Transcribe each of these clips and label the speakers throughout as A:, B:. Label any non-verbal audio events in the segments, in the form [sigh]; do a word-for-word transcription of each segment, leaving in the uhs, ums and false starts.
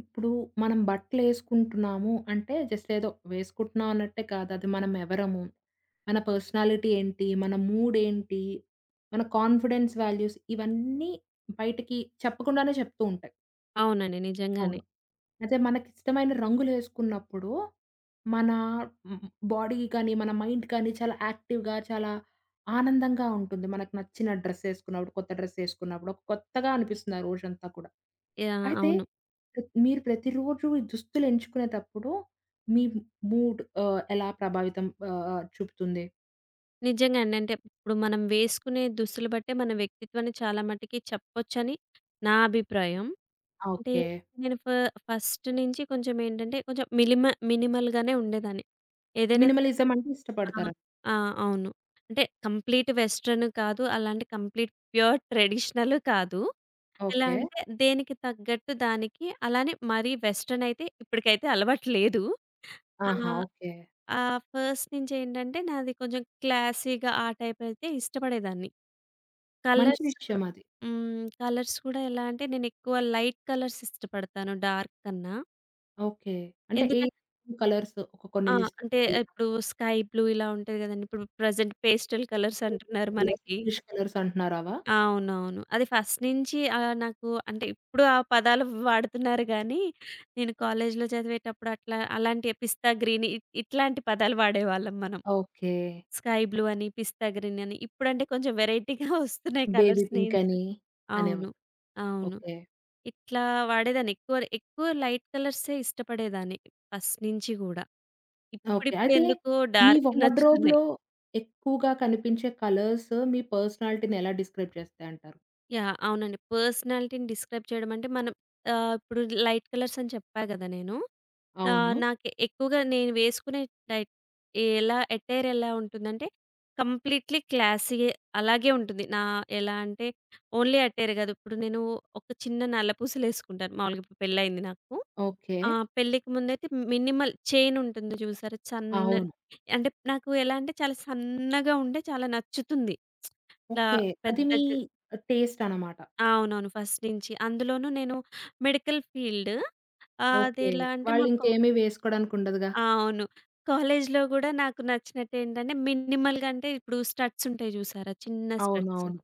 A: ఇప్పుడు మనం బట్టలేసుకుంటున్నాము అంటే, జస్ట్ ఏదో వేసుకుంటున్నాం అన్నట్టే కాదు. అది మనం ఎవరము, మన పర్సనాలిటీ ఏంటి, మన మూడేంటి, మన కాన్ఫిడెన్స్ వాల్యూస్ ఇవన్నీ బయటికి చెప్పకుండానే చెప్తూ ఉంటాయి.
B: అవునండి, నిజంగానే.
A: అవును. అయితే మనకిష్టమైన రంగులేసుకున్నప్పుడు, మన హ్మ్, బాడీ కానీ, మన మైండ్ కానీ చాలా యాక్టివ్‌గా, చాలా ఆనందంగా ఉంటుంది. మనకు నచ్చిన డ్రెస్సేసుకున్నప్పుడు, కొత్త డ్రెస్సేసుకున్నప్పుడు, ఒక కొత్తగా అనిపిస్తుంది ఆ రోజంతా కూడా.
B: యాహ్!
A: అయితే
B: అవును,
A: ప్రత్ మీరు ప్రతిరోజు ఈ దుస్తులు ఎంచుకునేటప్పుడు మీ మూడ్ ఆహ్, ఎలా ప్రభావితం ఆహ్, చూపుతుంది?
B: నిజంగానే. అంటే ఇప్పుడు మనం వేసుకునే దుస్తులు బట్టే మన వ్యక్తిత్వాన్ని చాలా మటికి చెప్పొచ్చని నా అభిప్రాయం. అంటే
A: ఓకే.
B: నేను ఫ ఫస్ట్ నుంచి కొంచెం ఏంటంటే కొంచెం మిలిమ మినిమల్‌గానే ఉండేదాన్ని. ఏదైనా సరే.
A: మినిమలిజం అంటే
B: ఆ!
A: ఇష్టపడతారా?
B: ఆ! అవును. అంటే కంప్లీట్ వెస్టర్న్ కాదు, అలాంటి కంప్లీట్ ప్యూర్ ట్రెడిషనల్ కాదు. ఎలా
A: ఓకే.
B: అంటే దేనికి తగ్గట్టు దానికి అలానే, మరీ వెస్టర్న్ అయితే ఇప్పటికైతే అలవాటు లేదు. ఆ!
A: ఆహా! ఓకే.
B: ఆ! ఫస్ట్ నుంచేంటంటే నాది కొంచెం క్లాసీగా ఆ టైప్ అయితే ఇష్టపడేదాన్ని.
A: మంచి
B: కలర్స్ కూడా.
A: విషయం అది.
B: హ్మ్. కలర్స్ కూడా ఎలా అంటే నేనెక్కువ లైట్ కలర్స్ ఇష్టపడతాను డార్క్ కన్నా.
A: ఓకే. అంటే ఏ
B: ఎందుకం
A: కలర్స్ ఒక కొన్ని
B: ఆ!
A: లిస్టెడ్
B: అంటే
A: [laughs] కలర్స్,
B: ఇప్పుడు స్కై బ్లూ ఇలా ఉంటది గదండీ! ఇప్పుడు ప్రెజెంట్ పేస్టల్ కలర్స్
A: పేస్టల్
B: అంటున్నారు
A: కలర్స్,
B: మనకి.
A: ఇంగ్లీష్ కలర్స్ అంటున్నారు అవా?
B: అవునవును. అది ఫస్ట్ నుంచి ఆహ్, నాకు. అంటే ఇప్పుడు ఆ పదాలు వాడుతున్నారు గానీ, నేను కాలేజీలో చదివేటప్పుడు అట్లా అలాంటి పిస్తా గ్రీన్, ఇ ఇట్లాంటి పదాలు వాడేవాళ్ళం మనం.
A: ఓకే.
B: స్కై బ్లూ అని, పిస్తా గ్రీన్ అని ఇప్పుడంటే కొంచెం వేరైటీగా [laughs] వస్తున్నాయి
A: బేబీ
B: కలర్స్
A: పింక్
B: నేమ్స్.
A: అని
B: అవును.
A: అనేవారు.
B: అవును.
A: ఓకే.
B: ఇట్లా వాడేదాన్ని. ఎక్కువ, ఎక్కువ లైట్ కలర్సే ఇష్టపడేదాన్ని ఫస్ట్ నుంచి గూడా.
A: ఓకే. అయితే
B: ఇప్పుడిప్పుడెందుకో
A: మీ
B: డార్కే నచ్చుతున్నాయి.
A: వార్డ్‌రోబ్‌లో ఎక్కువగా కనిపించే కలర్స్ మీ పర్సనాలిటీని ఎలా డిస్క్రైబ్ చేస్తాయంటారు?
B: యాహ్! అవునండి. పర్సనాలిటీని డిస్క్రైబ్ చేయడం అంటే మనం ఆహ్, ఇప్పుడు లైట్ కలర్స్ అని చెప్పా గదా నేను. ఆహ్,
A: అవును.
B: నాకు ఎక్కువగా నేను వేసుకునే లైట్, ఎలా అటైర్ ఎలా ఉంటుందంటే కంప్లీట్‌లీ క్లాసీ అలాగే ఉంటుంది. నా, ఎలా అంటే ఓన్లీ అటైర్ గాదు. ఇప్పుడు నేను ఒక చిన్న నల్లపూసలేసుకుంటాను మామూలుగా. ఇప్పుడు పెళ్లయింది నాకు.
A: ఓకే.
B: ఆ! పెళ్ళికి ముందైతే మినిమల్ చైన్ ఉంటుంది చూసారా? సన్నది.
A: అవును.
B: అంటే నాకు ఎలా అంటే చాలా సన్నగా ఉండే చాలా నచ్చుతుంది. ఇట్లా
A: ఓకే. అది
B: పెద్ద.
A: మీ టేస్ట్ అన్నమాట.
B: అవునవును, ఫస్ట్ నుంచి. అందులోనూ నేను మెడికల్ ఫీల్డ్. ఆహ్,
A: ఓకే.
B: అదెలా అంటే మాకు,
A: వాళ్ళింకేమి వేసుకోవడానికుండదుగా.
B: అవును, కాలేజ్‌లో గూడా నాకు నచ్చినట్టేంటంటే మినిమల్‌గా. అంటే ఇప్పుడు స్టడ్స్ ఉంటాయి జూసారా? చిన్న స్టడ్స్.
A: అవునవును.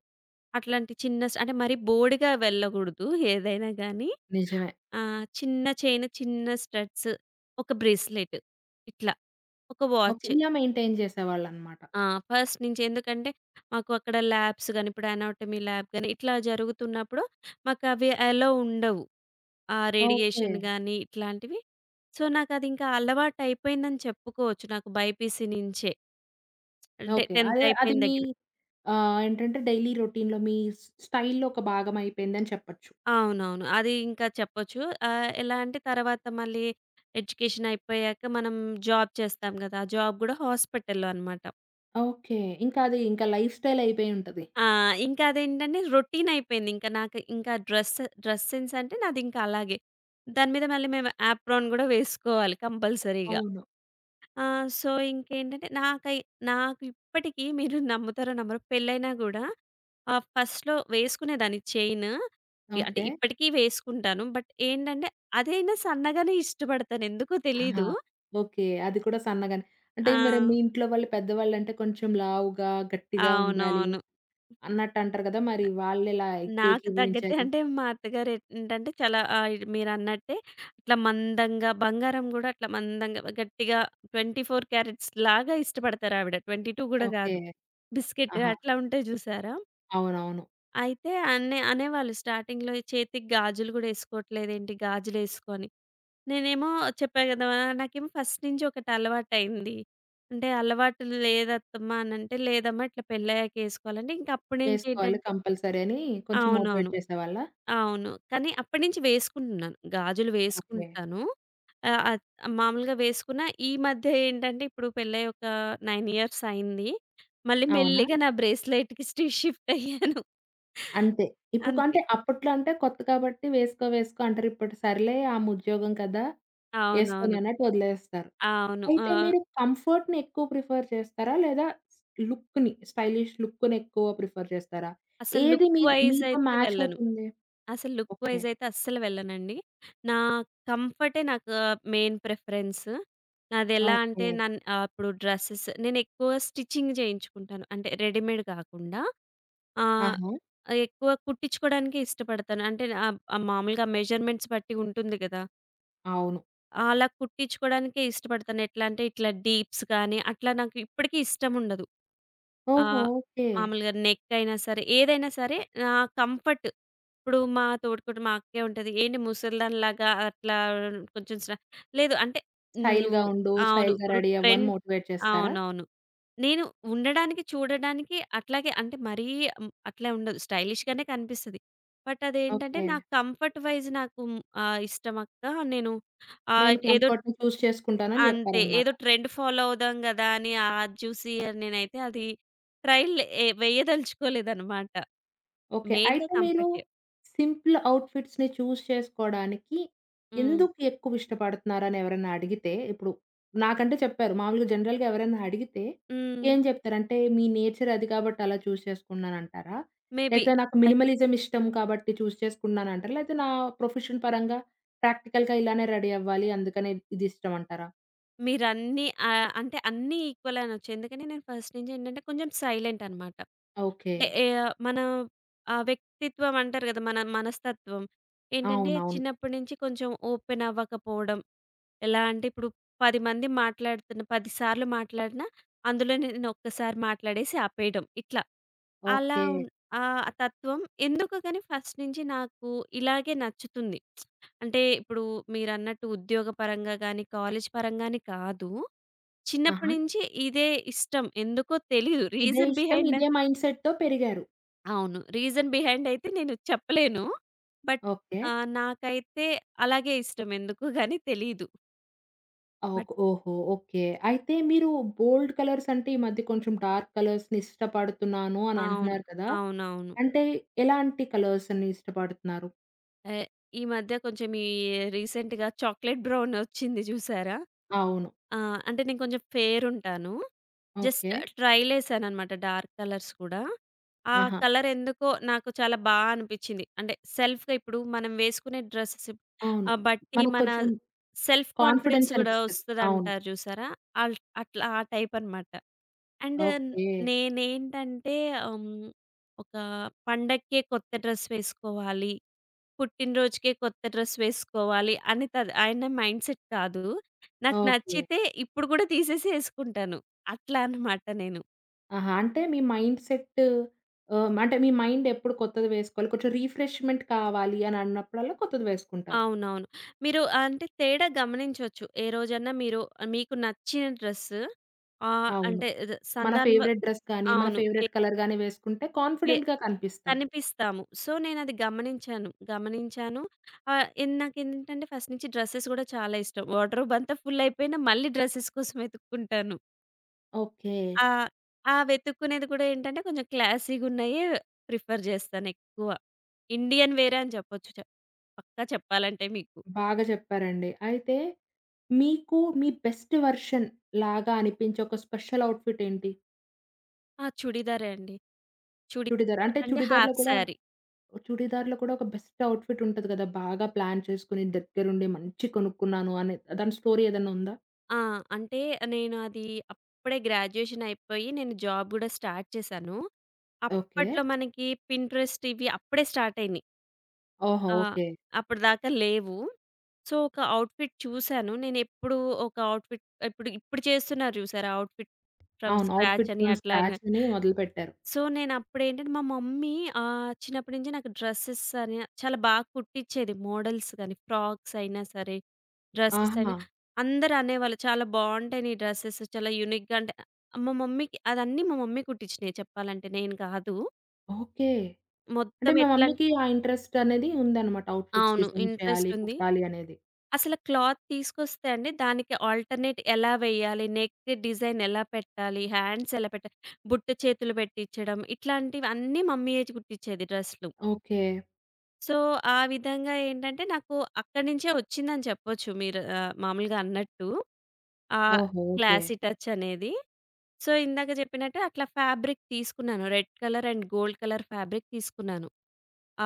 B: అట్లాంటి చిన్న స్ అంటే మరీ బోడిగా వెళ్ళగూడదు ఏదైనా గానీ.
A: నిజమే.
B: ఆ! చిన్న చైన్, చిన్న స్టడ్స్, ఒక బ్రేస్‌లెట్ ఇట్లా. ఒక
A: ఓకే.
B: వాచ్.
A: ఇలా మెయింటైన్ చేసేవాళ్ళన్నమాట.
B: ఆ! ఫస్ట్ నుంచి. ఎందుకంటే మాకు అక్కడ ల్యాబ్స్ గాని, ఇప్పుడు అనాటమీ ల్యాబ్ గాని ఇట్లా జరుగుతున్నప్పుడు మాకవి అలో ఉండవు. ఆ!
A: ఓకే.
B: రేడియేషన్ గాని ఇట్లాంటివి. సో, నాకదింకా అలవాటయిపోయిందని చెప్పుకోవచ్చు. నాకు బైపీసీ నుంచే. అంటే
A: ఓకే.
B: టెన్త్
A: అదే అది
B: అయిపోయిన
A: మీ
B: దగ్గర.
A: ఆహ్, ఏంటంటే డైలీ రొటీన్‌లో మీ స్ స్టైల్‌లో ఒక భాగం అయిపోయిందని చెప్పొచ్చు.
B: అవునవును, అది ఇంకా చెప్పొచ్చు. ఆహ్, ఎలా అంటే తర్వాత మళ్ళీ ఎడ్యుకేషన్ అయిపోయాక మనం జాబ్ చేస్తాం గదా! ఆ జాబ్ గూడా హాస్పిటల్‌లో అనమాట.
A: ఓకే. ఇంకా అది ఇంకా లైఫ్ స్టైల్ అయిపోయి ఉంటది.
B: ఆ! ఇంకా అదేంటంటే రొటీన్ అయిపోయింది. ఇంకా నాకు ఇంకా డ్రెస్, డ్రెస్ సెన్స్ అంటే నాదింకా అలాగే. దాని మీద మళ్ళీ మేము యాప్రాన్ గూడా వేసుకోవాలి కంపల్సరీగా.
A: అవును.
B: ఆ! సో, ఇంకేంటంటే నాకై నాకు ఇప్పటికి మీరు నమ్ముతారో నమ్మరో పెళ్ళైనా గూడా ఆహ్, ఫస్ట్‌లో వేసుకునేదాన్ని చైను. ఇ అంటే
A: ఓకే.
B: ఇప్పటికీ వేసుకుంటాను. బట్ ఏంటంటే అదైనా సన్నగానే ఇష్టపడతాను. ఎందుకో
A: ఆహా!
B: తెలీదు.
A: ఓకే. అది కూడా సన్నగానే. అంటే
B: ఆ!
A: మరి మీ ఇంట్లో వాళ్ళు పెద్దవాళ్ళంటే కొంచెం లావుగా, గట్టిగా ఉండాలి
B: అవునవును.
A: అన్నట్టు అంటారు కదా! మరి వాళ్ళెలా ఏ
B: నాకు తగ్గట్టే.
A: ఏకీభవించారు?
B: అంటే మా అత్తగారు ఏంటంటే చాలా, ఆహ్, మీరన్నట్టే ఇట్లా మందంగా బంగారం గూడా అట్లా మందంగా గట్టిగా ఇరవై నాలుగు క్యారెట్స్ లాగా ఇష్టపడతారావిడ. ఇరవై రెండు గూడా
A: ఓకే.
B: గాదు. బిస్కెట్
A: ఆహా!
B: అట్లా ఉంటాయి జూసారా?
A: అవునవును.
B: అయితే అన్నే అనేవాళ్ళు స్టార్టింగ్‌లో, చేతికి గాజులు గూడా ఎసుకోవట్లేదేంటి, గాజులేసుకో అని. నేనేమో చెప్పా గదా! నాకేమో ఫస్ట్ నుంచి ఒకటి అలవాటయింది. అంటే అలవాటు లేదత్తమ్మా అనంటే, లేదమ్మా ఇట్లా పెళ్ళయ్యాక ఏసుకోవాలంటే ఇంక అప్పటినుంచి
A: చేసుకోవాలి
B: ఏంటంటే
A: కంపల్సరీ అని కొంచెం
B: అవునవును.
A: మోటివేట్ చేసేవాళ్ళా?
B: అవును. కానీ అప్పటినుంచి వేసుకుంటున్నాను. గాజులు
A: ఓకే.
B: వేసుకుంటాను. ఆహ్, అద్ మామూలుగా వేసుకున్న, ఈ మధ్య ఏంటంటే ఇప్పుడు పెళ్ళయ్యి ఒక తొమ్మిది ఇయర్స్ అయింది. మళ్ళీ
A: అవునా?
B: మెల్లిగా నా బ్రేస్‌లైట్‌కి సి షిఫ్ట్ అయ్యాను.
A: అంతే. ఇప్పుడు
B: అంతే.
A: కంటే అప్పట్లో అంటే కొత్త కాబట్టి వేసుకో వేసుకో అంటారు. ఇప్పుడు సర్లే ఆమె ఉద్యోగం కదా! ఏసుకొని
B: అవునవును.
A: అన్నట్టు వదిలేస్తారు.
B: అవును.
A: అయితే
B: ఆహ్,
A: మీరు కంఫర్ట్‌ని ఎక్కువ ప్రిఫర్ చేస్తారా? లేదా లుక్‌ని స్టైలిష్ లుక్‌ని ఎక్కువ ప్రిఫర్ చేస్తారా?
B: అసలు
A: ఏది
B: లుక్
A: మీ
B: వైస్
A: మీతో
B: అయితే
A: మ్యాచ్
B: వెళ్ళను.
A: అవుతుంది?
B: అసలు లుక్
A: ఓకే.
B: వైస్ అయితే అస్సలు వెళ్ళనండి. నా కంఫర్టే నాకు మెయిన్ ప్రిఫరెన్స్. నాదెలా
A: ఓకే.
B: అంటే నన్ ఆహ్, ఇప్పుడు డ్రెసెస్ నేనెక్కువ స్టిచ్చింగ్ చేయించుకుంటాను. అంటే రెడీమేడ్ కాకుండా, ఆహ్,
A: ఆహా!
B: ఎక్కువ కుట్టించుకోవడానికే ఇష్టపడతాను. అంటే ఆహ్, మామూలుగా మెజర్‌మెంట్స్ బట్టి ఉంటుంది కదా!
A: అవును.
B: అలా కుట్టించుకోవడానికే ఇష్టపడతాను. ఎట్లా అంటే ఇట్లా డీప్స్ గాని అట్లా నాకు ఇప్పటికి ఇష్టముండదు.
A: ఓహో!
B: ఆహ్,
A: ఓకే.
B: మామూలుగా నెక్ అయినా సరే, ఏదైనా సరే నా కంఫర్ట్. ఇప్పుడు మా తోడికోడలు మా అక్కే ఉంటది. "ఏంటి ముసలిదానిలాగా అట్లా కొంచెం స్ర" లేదు అంటే, నువ్వు,
A: స్టైల్‌గా ఉండు,
B: అవును,
A: స్టైల్‌గా
B: ఇప్పుడు
A: రెడీ అవ్వు అని
B: ట్రెండ్.
A: మోటివేట్ చేస్తారా?
B: అవునవును. నేను ఉండడానికి, చూడడానికి అట్లాగే. అంటే మరీ హ్మ్, అట్లా ఉండదు, స్టైలిష్‌గానే కనిపిస్తది. బట్ అదేంటంటే
A: ఓకే.
B: నా కంఫర్ట్ వైజ్ నాకు హ్మ్, ఆహ్, ఇష్టం అక్క. నేను ఆహ్,
A: నేను
B: ఏదో,
A: కంఫర్ట్‌ని చూజ్ చేసుకుంటానని
B: అంతే.
A: చెప్పారన్నమాట.
B: ఏదో ట్రెండ్ ఫాలో అవుదాం గదా! అని అది చూసి నేనైతే అది ట్రైల్ ఏ వేయదలుచుకోలేదనమాట.
A: ఓకే.
B: మెయిన్‌గా
A: అయితే మీరు
B: కంఫర్టే.
A: సింపుల్ అవుట్‌ఫిట్స్‌ని చూజ్ చేసుకోడానికి
B: హ్మ్.
A: ఎందుకు ఎక్కువ ఇష్టపడుతున్నారని ఎవరైనా అడిగితే, ఇప్పుడు నాకంటే చెప్పారు. మామూలుగా జనరల్‌గా ఎవరైనా అడిగితే
B: హ్మ్.
A: ఏం చెప్తారంటే, మీ నేచర్ అది కాబట్టి అలా చూజ్ చేసుకున్నానంటారా?
B: మేబీ.
A: లేకపోతే నాకు
B: అయ్
A: మినిమలిజం ఇష్టం కాబట్టి చూజ్ చేసుకున్నానంటారా? లేకపోతే నా ప్రొఫెషన్ పరంగా ప్రాక్టికల్‌గా ఇలానే రెడీ అవ్వాలి అందుకనే ఇది ఇష్టం అంటారా?
B: మీరన్నీ, ఆహ్, అంటే అన్నీ ఈక్వలే అనొచ్చు. ఎందుకని నేను ఫస్ట్ నుంచి ఏంటంటే కొంచెం సైలెంట్ అనమాట.
A: ఓకే.
B: అంటే ఏ మన ఆహ్, వ్యక్తిత్వం అంటారు కదా! మన మనస్తత్వం. ఏంటంటే
A: అవునవును.
B: చిన్నప్పటి నుంచి కొంచెం ఓపెన్ అవ్వకపోవడం. ఎలా అంటే ఇప్పుడు పది మంది మాట్లాడుతున్న పది సార్లు మాట్లాడినా అందులో నేను ఒక్కసారి మాట్లాడేసి ఆపేయడం. ఇట్లా అలా
A: ఓకే.
B: ఉన్ ఆ తత్వం ఎందుకో గాని ఫస్ట్ నుంచి నాకు ఇలాగే నచ్చుతుంది. అంటే ఇప్పుడు మీరన్నట్టు ఉద్యోగపరంగా గాని, కాలేజ్ పరంగాని కాదు. చిన్నప్పటి
A: ఆహా!
B: నుంచి ఇదే ఇష్టం. ఎందుకో తెలీదు.
A: ఇదే
B: రీజన్
A: ఇష్టం,
B: బిహైండ్
A: ఇదే
B: నాకు,
A: మైండ్‌సెట్‌తో పెరిగారు.
B: అవును, రీజన్ బిహైండ్ అయితే నేను చెప్పలేను. But
A: okay.
B: ఆహ్, నాకైతే అలాగే ఇష్టం. ఎందుకో గాని తెలీదు.
A: ఓక్
B: బట్
A: ఓహో! ఓకే. అయితే మీరు బోల్డ్ కలర్స్ అంటే ఈ మధ్య కొంచెం డార్క్ కలర్స్‌ని ఇష్టపడుతున్నాను అని
B: అవును.
A: అంటున్నారు కదా!
B: అవునవును.
A: అంటే ఎలాంటి కలర్స్‌ని ఇష్టపడుతున్నారు?
B: ఆహ్, ఈ మధ్య కొంచెం ఈ రీసెంట్‌గా చాక్లేట్ బ్రౌన్ వచ్చింది చూసారా?
A: అవును.
B: ఆ! అంటే నేను కొంచెం ఫెయిర్ ఉంటాను. Just
A: okay.
B: ట్రైల్ ఏసాననమాట డార్క్ కలర్స్ కూడా. ఆ
A: ఆహా!
B: కలర్ ఎందుకో నాకు చాలా బా అనిపిచ్చింది. అంటే సెల్ఫ్‌గా ఇప్పుడు మనం వేసుకునే డ్రెసెస్
A: అవును.
B: ఆహ్, బట్టి
A: మనకు
B: మన
A: కొంచెం
B: సెల్ఫ్ కాన్ఫిడెన్స్
A: కాన్ఫిడెన్స్
B: కూడా
A: అనిపిస్తది. అవును.
B: వస్తదంటారు చూసారా? అల్ అట్లా ఆ టైప్ అనమాట. And
A: okay.
B: నేనేంటంటే హ్మ్, ఒక పండక్కే కొత్త డ్రెస్ వేసుకోవాలి, పుట్టినరోజుకే కొత్త డ్రెస్ వేసుకోవాలి అని తద్ ఆయన మైండ్ సెట్ కాదు. నాకు
A: ఓకే.
B: నచ్చితే ఇప్పుడు కూడా తీసేసి యేసుకుంటాను. అట్లా అన్నమాట నేను.
A: ఆహా! అంటే మీ మైండ్ సెట్ ఆహ్, అంటే మీ మైండ్ ఎప్పుడు కొత్తది వేసుకోవాలి. కొంచెం రిఫ్రెష్‌మెంట్ కావాలి అని అన్నప్పుడల్లా కొత్తది వేసుకుంటారు.
B: అవునవును. మీరు అంటే తేడా గమనించొచ్చు. ఏ రోజన్నా మీరు మీకు నచ్చిన డ్రెస్ ఆహ్,
A: అవును.
B: అంటే ద
A: మన
B: సందర్భ,
A: ఫేవరెట్ డ్రెస్ గాని, మన
B: అవును. వె
A: ఫేవరెట్ కలర్ గాని వేసుకుంటే
B: వె
A: కాన్ఫిడెంట్‌గా కనిపిస్తాం.
B: కనిపిస్తాము. సో, నేనది గమనించాను. గమనించాను. ఆహ్, ఎన్ నాకేంటంటే ఫస్ట్ నుంచి డ్రెసెస్ గూడా చాలా ఇష్టం. వార్డ్‌రోబ్ అంతా ఫుల్ అయిపోయినా మళ్ళీ డ్రెసెస్ కోసం వెతుక్కుంటాను.
A: ఓకే.
B: ఆ! ఆ! వెతుక్కునేది కూడా ఏంటంటే కొంచెం క్లాసీ‌గున్నయే ప్రిఫర్ జేస్తానెక్కువ. ఇండియన్ వేరే అని చెప్పొచ్చు. చె పక్కా చెప్పాలంటే మీకు.
A: బాగా చెప్పారండి. అయితే మీకు మీ బెస్ట్ వెర్షన్ లాగా అనిపించే ఒక స్పెషల్ అవుట్‌ఫిట్ ఏంటి?
B: ఆ! చుడిదారే అండి.
A: చుడిదార్.
B: చుడిదార్
A: అంటే
B: అంటే
A: చుడిదార్‌లో
B: హాఫ్
A: కూడా
B: సారీ.
A: చుడిదార్‌లో కూడా ఒక బెస్ట్ అవుట్‌ఫిట్ ఉంటది గదా! బాగా ప్లాన్ చేసుకొని దగ్గరుండి మంచి కొనుక్కున్నాను అనే దాని స్టోరీ ఏదన్నా ఉందా?
B: ఆ! అంటే నేను అది అప్పుడే గ్రాడ్యుయేషన్ అయిపోయి నేను జాబ్ గూడా స్టార్ట్ చేశాను.
A: ఓకే.
B: అప్పట్లో మనకి పింట్రెస్ట్ ఇవి అప్పుడే స్టార్ట్ అయినియి.
A: ఓహో!
B: ఆ!
A: ఓకే.
B: అప్పటిదాకా లేవు. సో, ఒక అవుట్‌ఫిట్ చూసాను. నేనెప్పుడూ ఒక అవుట్‌ఫిట్ ఇప్పుడు ఇప్పుడు చేస్తున్నారు చూసారా? అవుట్‌ఫిట్ ఫ్రమ్
A: అవును.
B: స్క్రాచ్
A: అవుట్‌ఫిట్
B: అని
A: ఫ్రమ్
B: అట్లానే.
A: స్క్రాచ్ అని మొదలుపెట్టారు.
B: సో, నేనప్పుడేంటంటే మా మమ్మీ ఆహ్, చిన్నప్పటి నుంచి నాకు డ్రెసెస్ అని చాలా బాగా కుట్టిచ్చేది. మోడల్స్ గాని, ఫ్రాక్స్ అయినా సరే, డ్రెసెస్ అయినా
A: ఆహా!
B: అందరూ అనేవాళ్ళు, "చాలా బావుంటాయి నీ డ్రెసెస్, చాలా యూనిక్‌గా" అంటే మా మమ్మీకి అదన్నీ మా మమ్మీ కుట్టిచ్చినయి చెప్పాలంటే, నేను కాదు.
A: ఓకే. అంటే
B: మొత్తం
A: మీ
B: ఎట్లంటే
A: మమ్మీకి ఆ ఇంట్రెస్ట్ అనేది ఉందన్నమాట. అవుట్‌ఫిట్స్
B: అవును,
A: డిజైన్ చేయాలి,
B: ఇంట్రెస్టుంది.
A: కుట్టాలి అనేది.
B: అసల క్లాత్ తీసుకొస్తే అండి, దానికి ఆల్టర్‌నేట్ ఎలా వేయాలి? నెక్ డిజైన్ ఎలా పెట్టాలి? హ్యాండ్స్ ఎలా పెట్టాలి? బుట్ట చేతులు పెట్టిచ్చడం ఇట్లాంటివన్నీ మమ్మీయే కుట్టిచ్చేది డ్రెస్‌లు.
A: ఓకే.
B: సో, ఆ విధంగా ఏంటంటే, నాకు అక్కడి నుంచే వచ్చిందని చెప్పొచ్చు మీరు ఆహ్, మామూలుగా అన్నట్టు. ఆ
A: ఓహో! ఓకే.
B: క్లాసీ టచ్ అనేది. సో, ఇందాక చెప్పినట్టు అట్లా ఫ్యాబ్రిక్ తీసుకున్నాను. Red colour and gold colour fabric తీసుకున్నాను.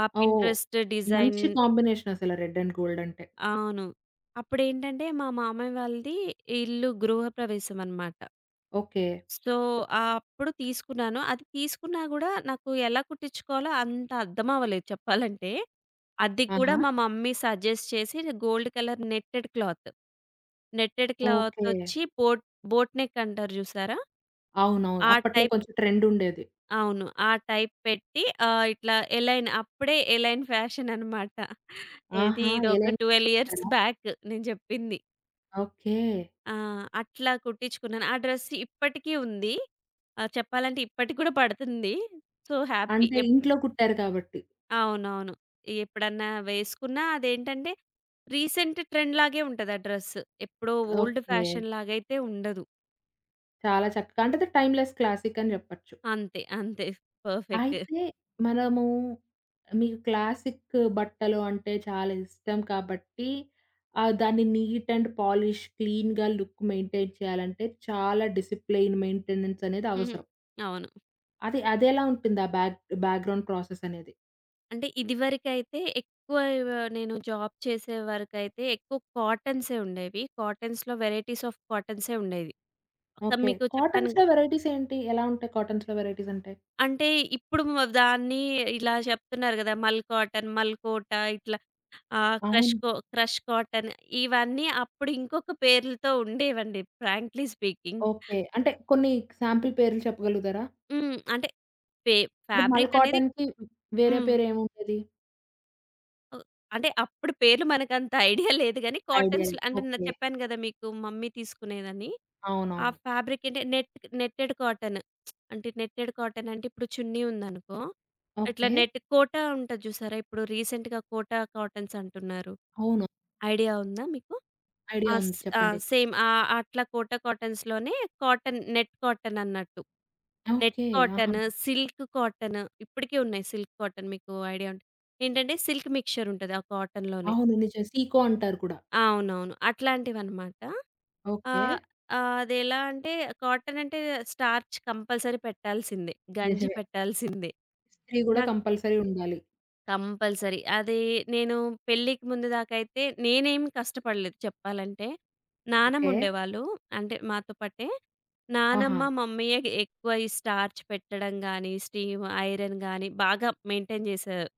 B: ఆ
A: ఓహ్!
B: పింట్రెస్ట్ డిజైన్,
A: మంచి కాంబినేషన్ అసల రెడ్ అండ్ గోల్డ్ అంటే.
B: అవును. అప్పుడేంటంటే, మా మామయ్య వాళ్ళది ఇల్లు గృహప్రవేశం అనమాట.
A: ఓకే.
B: సో, అప్పుడు తీసుకున్నాను. అది తీసుకున్నా గూడా నాకు ఎలా కుట్టించుకోవాలో అంత అర్థం అవ్వలేదు చెప్పాలంటే. అది కూడా
A: ఆహా!
B: మా మమ్మీ సజెస్ట్ చేసి gold colour netted cloth. Netted
A: okay.
B: క్లాతొచ్చి బోట్ బోట్ నెక్ అంటారు జూసారా?
A: అవునవును.
B: ఆ
A: అప్పట్లో
B: టైప్,
A: కొంచెం ట్రెండ్ ఉండేది.
B: అవును. ఆ టైప్ పెట్టి ఆహ్, ఇట్లా ఎలైన్ అప్పుడే ఎలైన్ ఫ్యాషన్ అనమాట. ఏది
A: ఆహా!
B: ఇదొక
A: ఏలైనా
B: పన్నెండు ఇయర్స్
A: చేసారా?
B: బ్యాక్ నేను జెప్పింది.
A: ఓకే.
B: ఆ! అట్లా కుట్టించుకున్నాను. ఆ డ్రెస్ ఇప్పటికి ఉంది. ఆహ్, చెప్పాలంటే ఇప్పటికి కూడా పడుతుంది. So, happy.
A: అంటే
B: ఎప్
A: ఇంట్లో కుట్టారు కాబట్టి.
B: అవునవును. ఎప్పుడన్నా వేసుకున్నా అదేంటంటే రీసెంట్ ట్రెండ్ లాగే ఉంటది ఆ డ్రెస్. ఎప్పుడో ఓల్డ్
A: ఓకే.
B: ఫ్యాషన్ లాగైతే ఉండదు.
A: చాలా చక్కగా అంటే అది టైమ్‌లెస్ క్లాసిక్ అని చెప్పొచ్చు.
B: అంతే. అంతే. పర్ఫెక్ట్.
A: అయితే మనము మీకు క్లాసిక్ బట్టలు అంటే చాలా ఇష్టం కాబట్టి ఆహ్, దాన్ని నీట్ అండ్ పాలిష్ క్లీన్‌గా లుక్ మెయింటైన్ చేయాలంటే చాలా డిసిప్లైన్ మెయింటెనెన్స్ అనేది
B: హుహు.
A: అవసరం.
B: అవును.
A: అది అదెలా ఉంటుంది? ఆ బ్యాక్ బ్యాక్‌గ్రౌండ్ ప్రాసెస్ అనేది?
B: అంటే ఇదివరకైతే ఎక్కువ, నేను జాబ్ చేసే వరకైతే ఎక్కువ కాటన్సే ఉండేవి. కాటన్స్‌లో వెరైటీస్ ఆఫ్ కాటన్సే ఉండేవి. ఒక
A: ఓకే.
B: మీకు చెప్పాను.
A: కాటన్స్‌లో వెరైటీస్ ఏంటి? ఎలా ఉంటాయి కాటన్స్‌లో వెరైటీస్ అంటే?
B: అంటే ఇప్పుడు మ దాన్ని ఇలా చెప్తున్నారు గదా! మల్ కాటన్, మల్కోట ఇట్లా ఆహ్, క్రష్
A: అవును.
B: కో క్రష్ కాటన్, ఇవన్నీ అప్పుడు ఇంకొక పేర్లతో ఉండేవండి ఫ్రాంక్లీ స్పీకింగ్.
A: ఓకే. అంటే కొన్ని శాంపుల్ పేర్లు చెప్పగలుగుతారా?
B: హ్మ్. అంటే పే
A: ఇప్పుడు మల్
B: ఫ్యాబ్రిక్ అనేది
A: కాటన్‌కి వేరే
B: హ్మ్.
A: పేరు ఏముంటది?
B: ఓహ్! అంటే అప్పుడు పేర్లు మనకంత ఐడియా లేదు గానీ
A: ఐడియా
B: కాటన్స్‌లో.
A: లేదు.
B: అంటే నేను
A: ఓకే.
B: చెప్పాను గదా! మీకు మమ్మీ తీసుకునేదని. ఆ
A: అవునవును.
B: ఫ్యాబ్రిక్ అంటే నెట్ నెట్టెడ్ కాటన్. అంటే నెట్టెడ్ కాటన్ అంటే ఇప్పుడు చున్నీ ఉందనుకో, ఇట్లా
A: ఓకే.
B: నెట్ కోటా ఉంటది చూసారా? ఇప్పుడు రీసెంట్‌గా కోటా కాటన్స్ అంటున్నారు.
A: అవును.
B: ఐడియా ఉందా మీకు?
A: ఐడియా
B: ఆ!
A: ఉంది.
B: స్ ఆ!
A: చెప్పండి.
B: సేమ్ ఆహ్, అట్లా కోటా కాటన్స్‌లోనే, కాటన్ నెట్ కాటన్ అన్నట్టు. Net
A: okay. ఆహా!
B: కాటన్, సిల్క్ కాటన్ ఇప్పటికి ఉన్నాయి. సిల్క్ కాటన్ మీకు ఐడియా ఉంటే, ఏంటంటే సిల్క్ మిక్స్చర్ ఉంటది ఆ కాటన్‌లోనే.
A: అవును. నిజం. సీకో అంటారు కూడా.
B: అవునవును, అట్లాంటివన్నమాట.
A: ఓకే.
B: ఆహ్, ఆహ్, అదెలా అంటే కాటన్ అంటే స్టార్చ్ కంపల్సరీ పెట్టాల్సిందే. గంజి
A: నిజమే.
B: పెట్టాల్సిందే.
A: ఇస్త్రీ గూడా
B: నాకు
A: కంపల్సరీ ఉండాలి.
B: కంపల్సరీ. అది నేను పెళ్ళికి ముందు దాకైతే నేనేమి కష్టపడలేదు చెప్పాలంటే. నానమ్మ
A: ఓకే.
B: ఉండేవాళ్ళు, అంటే మాతో పాటే. నానమ్మ,
A: ఆహా!
B: మమ్మీయే ఎక్కువ ఈ స్టార్చ్ పెట్టడం గాని, స్టీమ్, ఐరన్ గాని బాగా మెయింటైన్ జేశారు.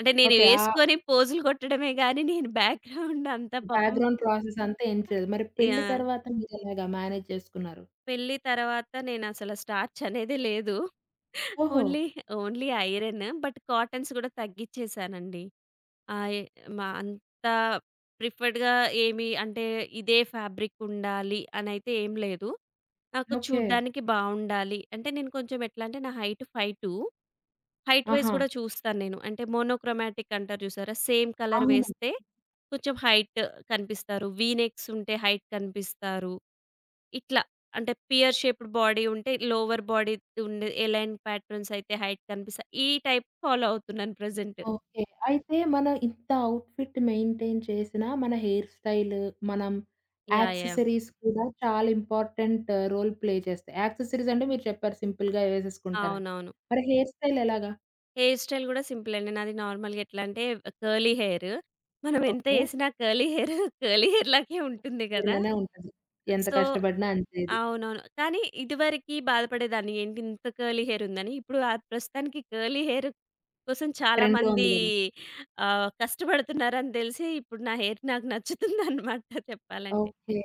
B: అంటే నేను
A: ఓకే. ఆ
B: వేసుకొని పోజులు కొట్టడమే గాని నేను, బ్యాక్‌గ్రౌండ్ అంతా పాపం.
A: బ్యాక్‌గ్రౌండ్ ప్రాసెస్ అంతా ఏం చేయలేదు. మరి పెళ్లి
B: యాహ్!
A: తర్వాత మీరెలాగా మేనేజ్ చేసుకున్నారు?
B: పెళ్లి తర్వాత నేనసల స్టార్చ్ అనేదే లేదు.
A: ఓహో!
B: Only, only iron. But cottons గూడా తగ్గిచ్చేసానండి. ఆహ్, ఎ మా అంత ప్రిఫర్డ్‌గా ఏమి అంటే ఇదే ఫ్యాబ్రిక్ ఉండాలి అనైతే ఏం లేదు. నాకు
A: ఓకే.
B: చూడ్డానికి బావుండాలి. అంటే నేను కొంచెం ఎట్లా అంటే నా height five two. Height wise
A: ఆహా!
B: గూడా చూస్తాను నేను. అంటే మోనోక్రోమాటిక్ అంటారు చూసారా? సేమ్ కలర్
A: అవును.
B: వేస్తే కొంచెం హైట్ కనిపిస్తారు. వి నెక్స్ ఉంటే హైట్ కనిపిస్తారు. ఇట్లా. అంటే పియర్ షేప్డ్ బాడీ ఉంటే లోవర్ బాడీ ఉండే ఎలైన్ ప్యాటర్న్స్ అయితే హైట్ కనిపిస్తాయి. ఈ టైప్ ఫాలో అవుతున్నాను ప్రెజెంట్.
A: ఓకే. అయితే మనం ఇంత ఔట్‌ఫిట్ మెయింటైన్ చేసినా, మన హెయిర్ స్టైల్, మనం
B: యాహ్! యాహ్!
A: యాక్సెసరీస్ కూడా చాలా ఇంపార్టెంట్ రోల్ ప్లే చేస్తాయి. యాక్సెసరీస్ అంటే మీరు చెప్పారు సింపుల్‌గా వేసేసుకుంటారని.
B: అవునవును.
A: మరి హెయిర్ స్టైల్ ఎలాగా?
B: హెయిర్ స్టైల్ గూడా సింపుల్ అండి. నాది నార్మల్‌గా ఎట్లా అంటే కర్లీ హెయిర్. మనం ఎంత
A: ఓకే.
B: ఏసినా కర్లీ హెయిర్ కర్లీ హెయిర్ లాగే ఉంటుంది గదా!
A: ఇలానే ఉంటది. ఎంత
B: సో,
A: కష్టపడినా అంతే ఇది.
B: అవునవును. కానీ ఇదివరకి బాధపడేదాన్ని. ఏంటి ఇంత కర్లీ హెయిర్ ఉందని. ఇప్పుడు ఆ ప్రస్తుతానికి కర్లీ హెయిర్ కోసం
A: ట్రెండ్‌లో ఉంది
B: చాలామంది
A: గదా!
B: ఆహ్, కష్టపడుతున్నారని తెలిసి ఇప్పుడు నా హెయిర్ నాకు నచ్చుతుందనమాట చెప్పాలంటే.
A: ఓకే.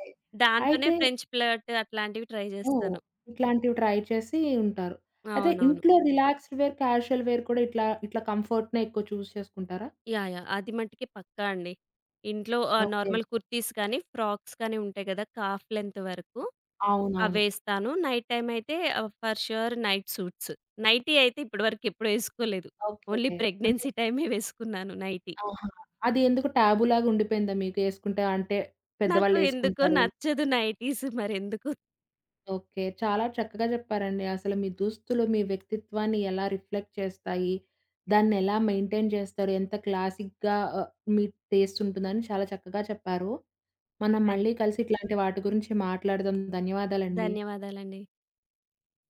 B: దాంతోనే
A: అయితే
B: ఫ్రెంచ్ ప్లర్ట్ అట్లాంటివి ట్రై
A: ఓహ్!
B: చేస్తాను.
A: ఇట్లాంటివి ట్రై చేసి ఉంటారు. అయితే
B: అవునవును.
A: ఇంట్లో రిలాక్స్డ్ వేర్, క్యాజువల్ వేర్ కూడా ఇట్లా, ఇట్లా కంఫర్ట్‌నే ఎక్కువ చూజ్ చేసుకుంటారా?
B: యాహ్! యాహ్! అది మట్టికి పక్కా అండి. ఇంట్లో ఆహ్,
A: ఓకే.
B: నార్మల్ కుర్తీస్ కానీ, ఫ్రాక్స్ కానీ ఉంటాయి కదా! కాఫ్ లెంత్ వరకు
A: అవునవును.
B: అవేస్తాను. నైట్ టైమ్ అయితే ah, for sure night suits. Nightie అయితే ఇప్పటి వరకు ఎప్పుడు ఏసుకోలేదు.
A: ఓకే.
B: ఓన్లీ
A: అంటే
B: ప్రెగ్నెన్సీ టైమే వేసుకున్నాను నైటీ.
A: ఆహా! అది ఎందుకు టాబూలాగా ఉండిపోయిందా మీకు? ఏసుకుంటే అంటే
B: నాకు ఎందుకో
A: పెద్దవాళ్ళేసుకుంటారు.
B: నచ్చదు నైటీస్ మరెందుకో.
A: ఓకే. చాలా చక్కగా చెప్పారండి. అసలు మీ దుస్తులు మీ వ్యక్తిత్వాన్ని ఎలా రిఫ్లెక్ట్ చేస్తాయి? దాన్నెలా మెయింటైన్ చేస్తారు? ఎంత క్లాసిక్‌గా ఆహ్, మీ టేస్ట్ ఉంటుందని చాలా చక్కగా చెప్పారు. మనం మళ్ళీ
B: థాంక్స్.
A: కలిసి ఇట్లాంటి వాటి గురించి మాట్లాడదాం. ధన్యవాదాలండి.
B: ధన్యవాదాలండి.